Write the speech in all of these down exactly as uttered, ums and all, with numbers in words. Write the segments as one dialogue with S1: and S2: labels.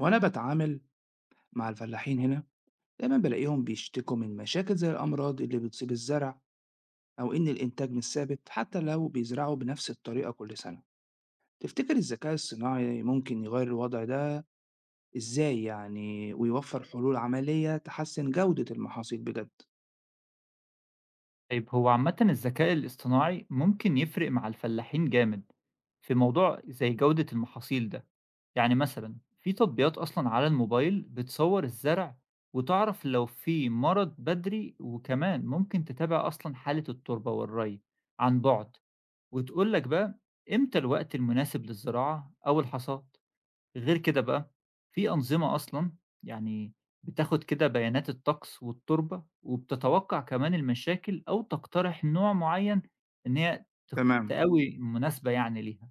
S1: وأنا بتعامل مع الفلاحين هنا دايما بلاقيهم بيشتكوا من مشاكل زي الأمراض اللي بتصيب الزرع، أو إن الإنتاج مش ثابت حتى لو بيزرعوا بنفس الطريقة كل سنة. تفتكر الذكاء الصناعي ممكن يغير الوضع ده؟ إزاي يعني ويوفر حلول عملية تحسن جودة المحاصيل بجد؟
S2: طيب هو عامةً الذكاء الاصطناعي ممكن يفرق مع الفلاحين جامد، في موضوع زي جودة المحاصيل ده. يعني مثلًا في تطبيقات أصلًا على الموبايل بتصور الزرع وتعرف لو في مرض بدري، وكمان ممكن تتابع أصلًا حالة التربة والري عن بُعد، وتقول لك بقى إمتى الوقت المناسب للزراعة أو الحصاد. غير كده بقى، في أنظمة أصلًا يعني بتاخد كده بيانات الطقس والتربة، وبتتوقع كمان المشاكل أو تقترح نوع معيّن إن هي ت
S1: تمام.
S2: تقوي مناسبة يعني ليها.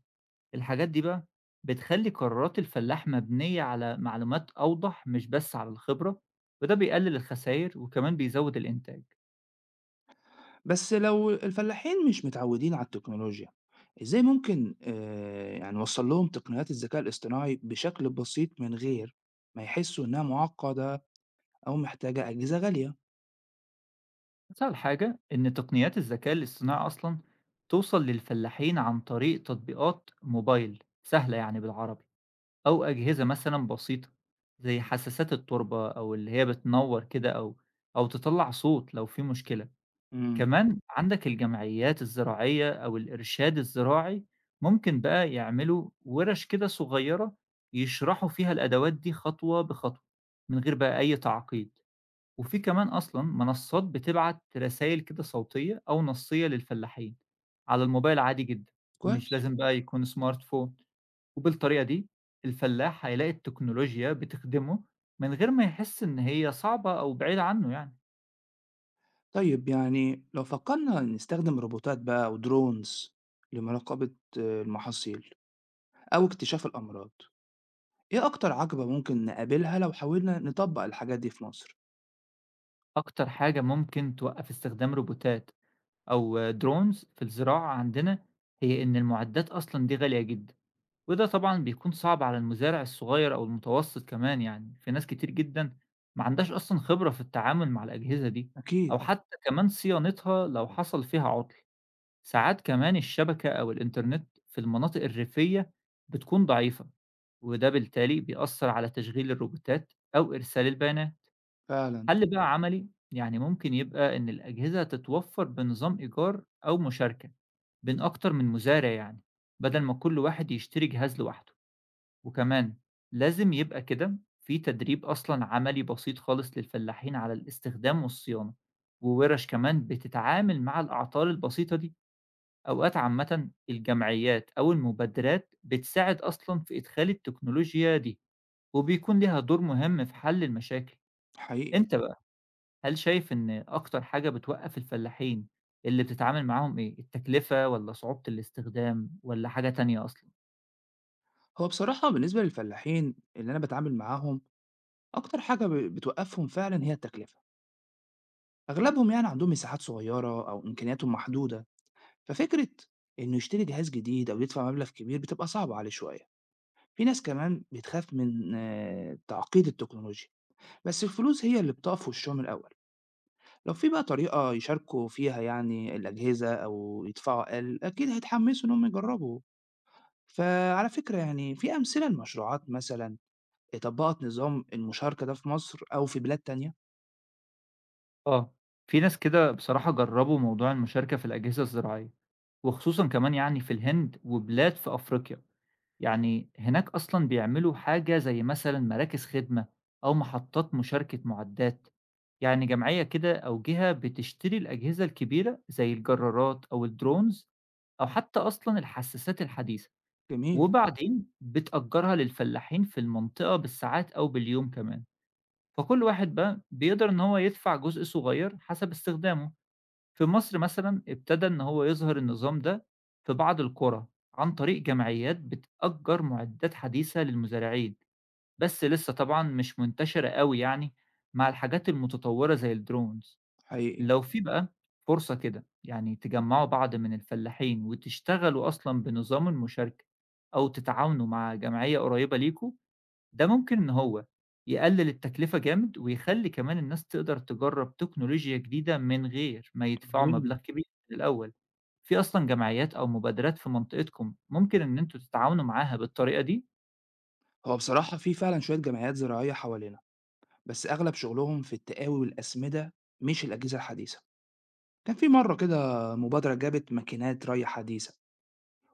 S2: الحاجات دي بقى بتخلّي قرارات الفلاح مبنية على معلومات أوضح مش بس على الخبرة، وده بيقلل الخساير وكمان بيزود الإنتاج.
S1: بس لو الفلاحين مش متعودين على التكنولوجيا، إزاي ممكن آه، يعني نوصل لهم تقنيات الذكاء الاصطناعي بشكل بسيط من غير ما يحسوا إنها معقدة أو محتاجة أجهزة غالية؟
S2: أسهل حاجة إن تقنيات الذكاء الاصطناعي أصلًا توصل للفلاحين عن طريق تطبيقات موبايل سهلة يعني بالعربي، أو أجهزة مثلًا بسيطة، زي حساسات التربة أو اللي هي بتنوّر كده أو أو تطلّع صوت لو في مشكلة.
S1: امم
S2: كمان عندك الجمعيات الزراعية أو الإرشاد الزراعي ممكن بقى يعملوا وِرَش كده صغيّرة يشرحوا فيها الأدوات دي خطوة بخطوة، من غير بقى أي تعقيد. وفي كمان أصلًا منصات بتبعت رسايل كده صوتية أو نصية للفلاحين، على الموبايل عادي جدًا، مش
S1: كويس.
S2: لازم بقى يكون smartphone. وبالطريقة دي الفلاح هيلاقي التكنولوجيا بتخدمه من غير ما يحس إن هي صعبة أو بعيدة عنه يعني.
S1: طيب يعني لو فكرنا نستخدم روبوتات بقى ودرونز لمراقبة آه، المحاصيل أو اكتشاف الأمراض، إيه أكتر عقبة ممكن نقابلها لو حاولنا نطبق الحاجات دي في مصر؟
S2: أكتر حاجة ممكن توقف استخدام روبوتات أو درونز في الزراعة عندنا هي إن المعدات أصلا دي غالية جدا، وده طبعا بيكون صعب على المزارع الصغير أو المتوسط، كمان يعني في ناس كتير جدا ما عندهاش أصلا خبرة في التعامل مع الأجهزة دي، أو
S1: أكيد.
S2: حتى كمان صيانتها لو حصل فيها عطل. ساعات كمان الشبكة أو الإنترنت في المناطق الريفية بتكون ضعيفة، وده بالتالي بيأثّر على تشغيل الروبوتات أو إرسال البيانات.
S1: فعلا.
S2: حل بقى عملي يعني ممكن يبقى إن الأجهزة تتوفّر بنظام إيجار أو مشاركة بين أكتر من مزارع يعني، بدل ما كل واحد يشتري جهاز لوحده. وكمان لازم يبقى كده في تدريب أصلًا عملي بسيط خالص للفلاحين على الاستخدام والصيانة، وورش كمان بتتعامل مع الأعطال البسيطة دي. أوقات عامةً الجمعيات أو المبادرات بتساعد أصلًا في إدخال التكنولوجيا دي، وبيكون ليها دور مهم في حل المشاكل.
S1: حقيقي.
S2: أنت بقى، هل شايف إن أكتر حاجة بتوقّف الفلاحين اللي بتتعامل معاهم إيه، التكلفة والّا صعوبة الاستخدام والّا حاجة تانية أصلًا؟
S1: هو بصراحة بالنسبة للفلاحين اللي أنا بتعامل معاهم، أكتر حاجة ب- بتوقفهم فعلا هي التكلفة. أغلبهم يعني عندهم مساحات صغيرة أو إمكانياتهم محدودة، ففكرة إنه يشتري جهاز جديد أو يدفع مبلغ كبير بتبقى صعبة عليه شوية. في ناس كمان بتخاف من آه، تعقيد التكنولوجيا، بس الفلوس هي اللي بتقف في وشهم الأول. لو في بقى طريقة يشاركوا فيها يعني الأجهزة أو يدفعوا أقل، أكيد هيتحمسوا إنهم يجربوا. فعلى فكرة يعني، في أمثلة لمشروعات مثلا طبقت نظام المشاركة ده في مصر أو في بلاد تانية؟
S2: آه، في ناس كده بصراحة جرّبوا موضوع المشاركة في الأجهزة الزراعية، وخصوصًا كمان يعني في الهند وبلاد في أفريقيا. يعني هناك أصلًا بيعملوا حاجة زي مثلًا مراكز خدمة أو محطات مشاركة معدات، يعني جمعية كده أو جهة بتشتري الأجهزة الكبيرة زي الجرارات أو الdrones أو حتى أصلًا الحساسات الحديثة،
S1: جميل.
S2: وبعدين بتأجرها للفلاحين في المنطقة بالساعات أو باليوم كمان، فكل واحد بقى بيقدر إن هو يدفع جزء صغير حسب استخدامه. في مصر مثلًا ابتدى إن هو يظهر النظام ده في بعض القرى، عن طريق جمعيات بتأجّر مُعدات حديثة للمزارعين، بس لسه طبعًا مش منتشرة أوي يعني مع الحاجات المتطورة زي الDrones.
S1: حقيقي.
S2: لو في بقى فرصة كده يعني تجمّعوا بعض من الفلاحين وتشتغلوا أصلًا بنظام المشاركة أو تتعاونوا مع جمعية قريبة ليكم، ده ممكن إن هو يقلل التكلفة جامد، ويخلّي كمان الناس تقدر تجرّب تكنولوجيا جديدة من غير ما يدفعوا مبلغ
S1: عظيم.
S2: كبير من الأول. في أصلًا جمعيات أو مبادرات في منطقتكم ممكن إن أنتم تتعاونوا معاها بالطريقة دي؟
S1: هو بصراحة في فعلا شوية جمعيات زراعية حوالينا، بس أغلب شغلهم في التقاوي والأسمدة، مش الأجهزة الحديثة. كان في مرة كده مبادرة جابت ماكينات ري حديثة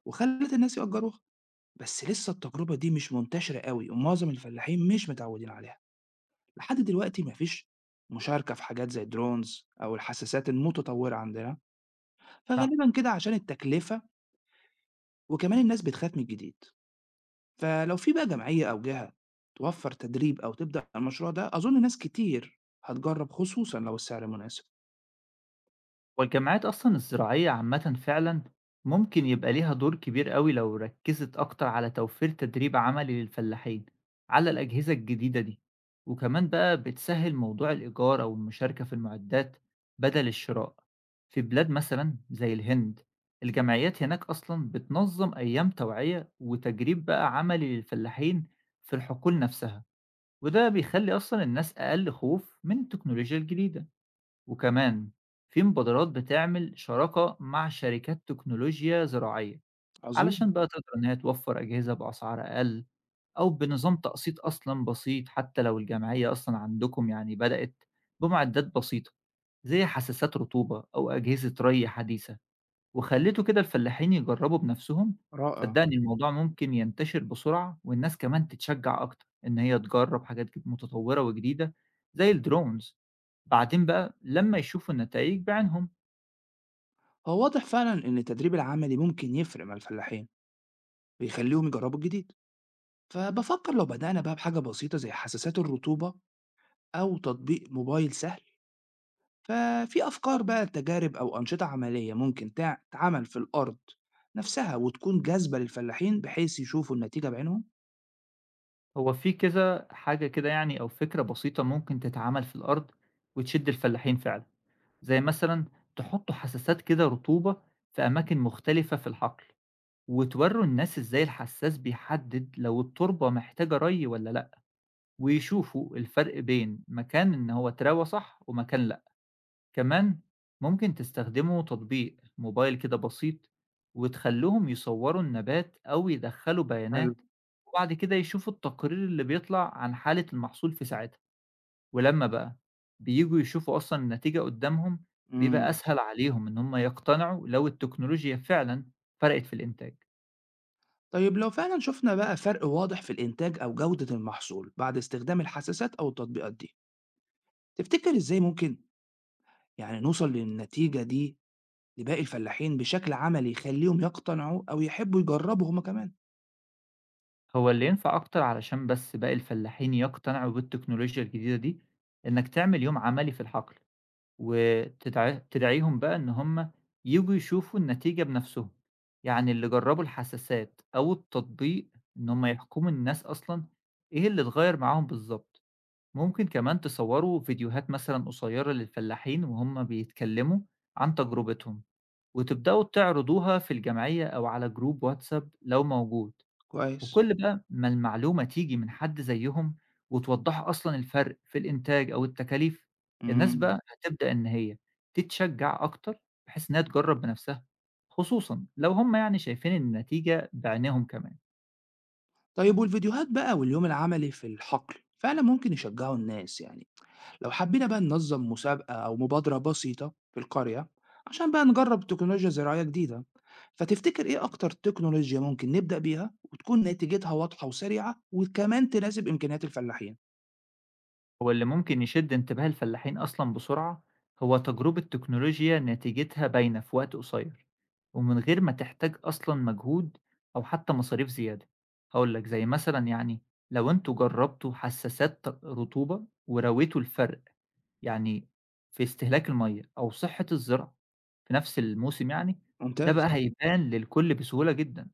S1: وخلّت الناس يأجّروها، بس لسه التجربة دي مش منتشرة أوي ومعظم الفلاحين مش متعوّدين عليها. لحد دلوقتي ما فيش مشاركة في حاجات زي الdrones أو الحساسات المتطوّرة عندنا،
S2: مع
S1: فغالبًا كده عشان التكلفة، وكمان الناس بتخاف من الجديد. فلو في بقى جمعية أو جهة توفّر تدريب أو تبدأ المشروع ده، أظن ناس كتير هتجرّب خصوصًا لو السعر مناسب.
S2: والجامعات أصلًا الزراعية عامةً فعلًا ممكن يبقى ليها دور كبير أوي لو ركّزت أكتر على توفير تدريب عملي للفلاحين على الأجهزة الجديدة دي، وكمان بقى بتسهّل موضوع الإيجار أو المشاركة في المعدات بدل الشراء. في بلاد مثلًا زي الهند، الجمعيات هناك أصلًا بتنظّم أيام توعية وتجريب بقى عملي للفلاحين في الحقول نفسها، وده بيخلّي أصلًا الناس أقل خوف من التكنولوجيا الجديدة. وكمان في مبادرات بتعمل شراكة مع شركات تكنولوجيا زراعية
S1: عظيم.
S2: علشان بقى تقدر إنها توفر أجهزة بأسعار أقل أو بنظام تقسيط أصلا بسيط، حتى لو الجمعية أصلا عندكم يعني بدأت بمعدات بسيطة زي حساسات رطوبة أو أجهزة ري حديثة وخلّيته كده الفلاحين يجرّبوا بنَفْسهم.
S1: رائع.
S2: صدّقني إمم. الموضوع ممكن ينتشر بسرعة، والناس كمان تتشجّع أكتر إن هي تجرّب حاجات ج متطوّرة وجديدة زي الdrones، بعدين بقى لمّا يشوفوا النتايج بِعينهم.
S1: هو واضح فعلًا إن التدريب العملي ممكن يفرق مع الفلاحين ويخلّيهم يجرّبوا الجديد. فبفكر لو بدأنا بقى بحاجة بسيطة زي حساسات الرطوبة أو تطبيق موبايل سهل، ففي أفكار بقى تجارب أو أنشطة عملية ممكن تع- تتعمل في الأرض نفسها وتكون جاذبة للفلاحين بحيث يشوفوا النتيجة بعينهم؟
S2: هو في كذا حاجة كده يعني أو فكرة بسيطة ممكن تتعمل في الأرض وتشِد الفلاحين فعلًا، زي مثلًا تحُطّوا حساسات كده رطوبة في أماكن مختلفة في الحقل وتورّوا الناس إزاي الحسّاس بيحدّد لو التربة محتاجة رَي والّا لأ، ويشوفوا الفرق بين مكان إن هو اتراوى صح ومكان لأ. كمان ممكن تستخدموا تطبيق موبايل كده بسيط وتخلّوهم يصوّروا النبات أو يدخّلوا
S1: حلو.
S2: بيانات، وبعد كده يشوفوا التقرير اللي بيطلع عن حالة المحصول في ساعتها. ولمّا بقى بييجوا يشوفوا أصلًا النتيجة قدّامهم، بيبقى
S1: مم.
S2: أسهل عليهم إن هم يقتنعوا لو التكنولوجيا فعلًا فرقت في الإنتاج.
S1: طيب لو فعلا شفنا بقى فرق واضح في الإنتاج أو جودة المحصول بعد استخدام الحساسات أو التطبيقات دي، تفتكر إزاي ممكن يعني نوصل للنتيجة دي لباقي الفلاحين بشكل عملي يخليهم يقتنعوا أو يحبوا يجربوا هما كمان؟
S2: هو اللي ينفع أكتر علشان بس باقي الفلاحين يقتنعوا بالتكنولوجيا الجديدة دي، إنك تعمل يوم عملي في الحقل، وتدع تدعيهم بقى إن هم ييجوا يشوفوا النتيجة بنفسهم، يعني اللي جربوا الحساسات أو التطبيق إن هم يحكموا الناس أصلًا إيه اللي اتغير معاهم بالضبط. ممكن كمان تصوروا فيديوهات مثلًا قصيرة للفلاحين وهم بيتكلموا عن تجربتهم، وتبدأوا تعرضوها في الجمعية أو على جروب واتساب لو موجود.
S1: كويس.
S2: وكل بقى ما المعلومة تيجي من حد زيهم وتوضح أصلًا الفرق في الإنتاج أو التكاليف، الناس
S1: مم.
S2: بقى هتبدأ إن هي تتشجّع أكتر بحيث إنها تجرّب بنفسها، خصوصًا لو هم يعني شايفين النتيجة بعينيهم كمان.
S1: طيب، والفيديوهات بقى واليوم العملي في الحقل فعلا ممكن يشجعوا الناس يعني. لو حبينا بقى ننظم مسابقة أو مبادرة بسيطة في القرية عشان بقى نجرب تكنولوجيا زراعية جديدة، فتفتكر إيه أكتر تكنولوجيا ممكن نبدأ بيها وتكون نتيجتها واضحة وسريعة وكمان تناسب إمكانيات الفلاحين؟
S2: هو اللي ممكن يشد انتباه الفلاحين أصلا بسرعة هو تجربة تكنولوجيا نتيجتها باينة في وقت قصير، ومن غير ما تحتاج أصلا مجهود أو حتى مصاريف زيادة. هقولك زي مثلا يعني لو انتوا جربتوا حساسات ت- رطوبة ورويتوا الفرق يعني في استهلاك المية أو صحة الزرع في نفس الموسم يعني، ده بقى
S1: ممتاز.
S2: مم. هيبان للكل بسهولة جدا.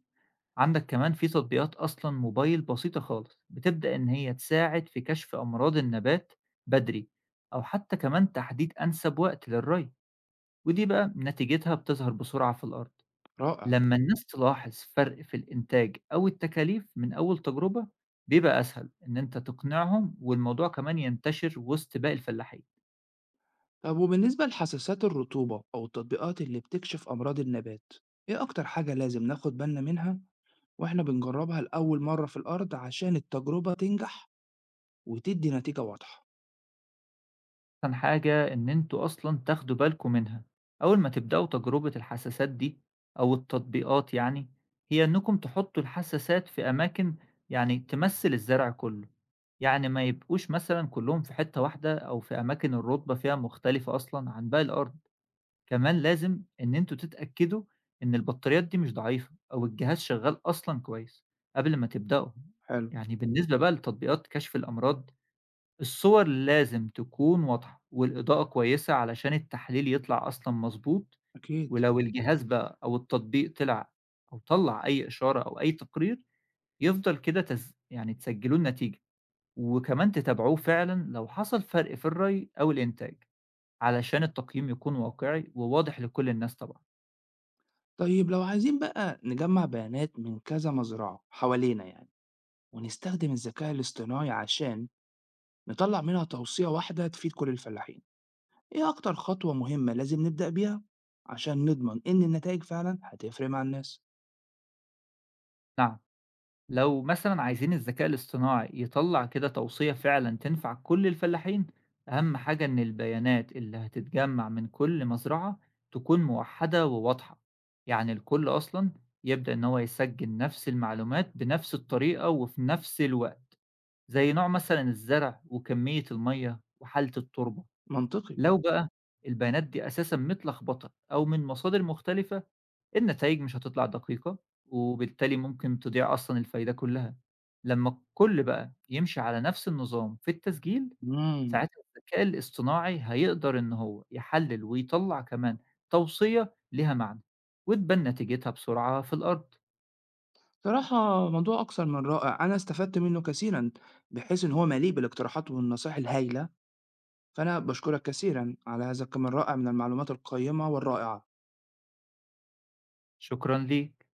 S2: عندك كمان في تطبيقات أصلا موبايل بسيطة خالص بتبدأ إن هي تساعد في كشف أمراض النبات بدري، أو حتى كمان تحديد أنسب وقت للري، ودي بقى نتيجتها بتظهر بسرعة في الأرض.
S1: رائع.
S2: لما الناس تلاحظ فرق في الإنتاج أو التكاليف من أول تجربة، بيبقى أسهل إن أنت تقنعهم، والموضوع كمان ينتشر وسط باقي الفلاحين.
S1: طب وبالنسبة لحساسات الرطوبة أو التطبيقات اللي بتكشف أمراض النبات، إيه أكتر حاجة لازم ناخد بالنا منها وإحنا بنجربها لأول مرة في الأرض عشان التجربة تنجح وتدّي نتيجة واضحة؟
S2: أحسن حاجة إن أنتوا أصلًا تاخدوا بالكم منها، أول ما تبدأوا تجربة الحساسات دي أو التطبيقات يعني، هي إنكم تحطوا الحساسات في أماكن يعني تمثّل الزرع كلّه، يعني ما يبقوش مثلًا كلّهم في حتّة واحدة أو في أماكن الرُّتبة فيها مختلفة أصلًا عن باقي الأرض. كمان لازم إن أنتوا تتأكدوا إن البطاريات دي مش ضعيفة أو الجهاز شغّال أصلًا كويس قبل ما تبدأوا.
S1: حلو.
S2: يعني بالنسبة بقى لتطبيقات كشف الأمراض، الصور لازم تكون واضحة والإضاءة كويسة علشان التحليل يطلع أصلًا مضبوط.
S1: أكيد.
S2: ولو الجهاز بقى أو التطبيق طلع أو طلّع أي إشارة أو أي تقرير، يفضل كده تس يعني تسجلوا النتيجة، وكمان تتابعوه فعلًا لو حصل فرق في الرَّي أو الإنتاج، علشان التقييم يكون واقعي وواضح لكل الناس طبعًا.
S1: طيب لو عايزين بقى نجمّع بيانات من كذا مزرعة حوالينا يعني، ونستخدم الذكاء الاصطناعي عشان نطلّع منها توصية واحدة تفيد كل الفلاحين، إيه أكتر خطوة مهمة لازم نبدأ بيها عشان نضمن إن النتايج فعلًا هتفرق مع الناس؟
S2: نعم. لو مثلا عايزين الذكاء الاصطناعي يطلع كده توصية فعلا تنفع كل الفلاحين، أهم حاجة إن البيانات اللي هتتجمع من كل مزرعة تكون موحدة وواضحة، يعني الكل أصلا يبدأ إن هو يسجل نفس المعلومات بنفس الطريقة وفي نفس الوقت، زي نوع مثلا الزرع وكمية المية وحالة التربة.
S1: منطقي.
S2: لو بقى البيانات دي أساسا متلخبطة أو من مصادر مختلفة، النتايج مش هتطلع دقيقة، وبالتالي ممكن تضيع أصلًا الفايدة كلّها. لمّا الكل بقى يمشي على نفس النظام في التسجيل،
S1: إمم.
S2: ساعتها الذكاء الاصطناعي هيقدر إن هو يحلّل ويطلّع كمان توصية ليها معنى، وتبان نتيجتها بسرعة في الأرض.
S1: صراحة موضوع أكثر من رائع، أنا استفدت منّه كثيرًا، بحيث إن هو مليء بالاقتراحات والنصايح الهايلة، فأنا باشكرك كثيرًا على هذا الكم الرائع من المعلومات القيّمة والرائعة.
S2: شكرًا ليك.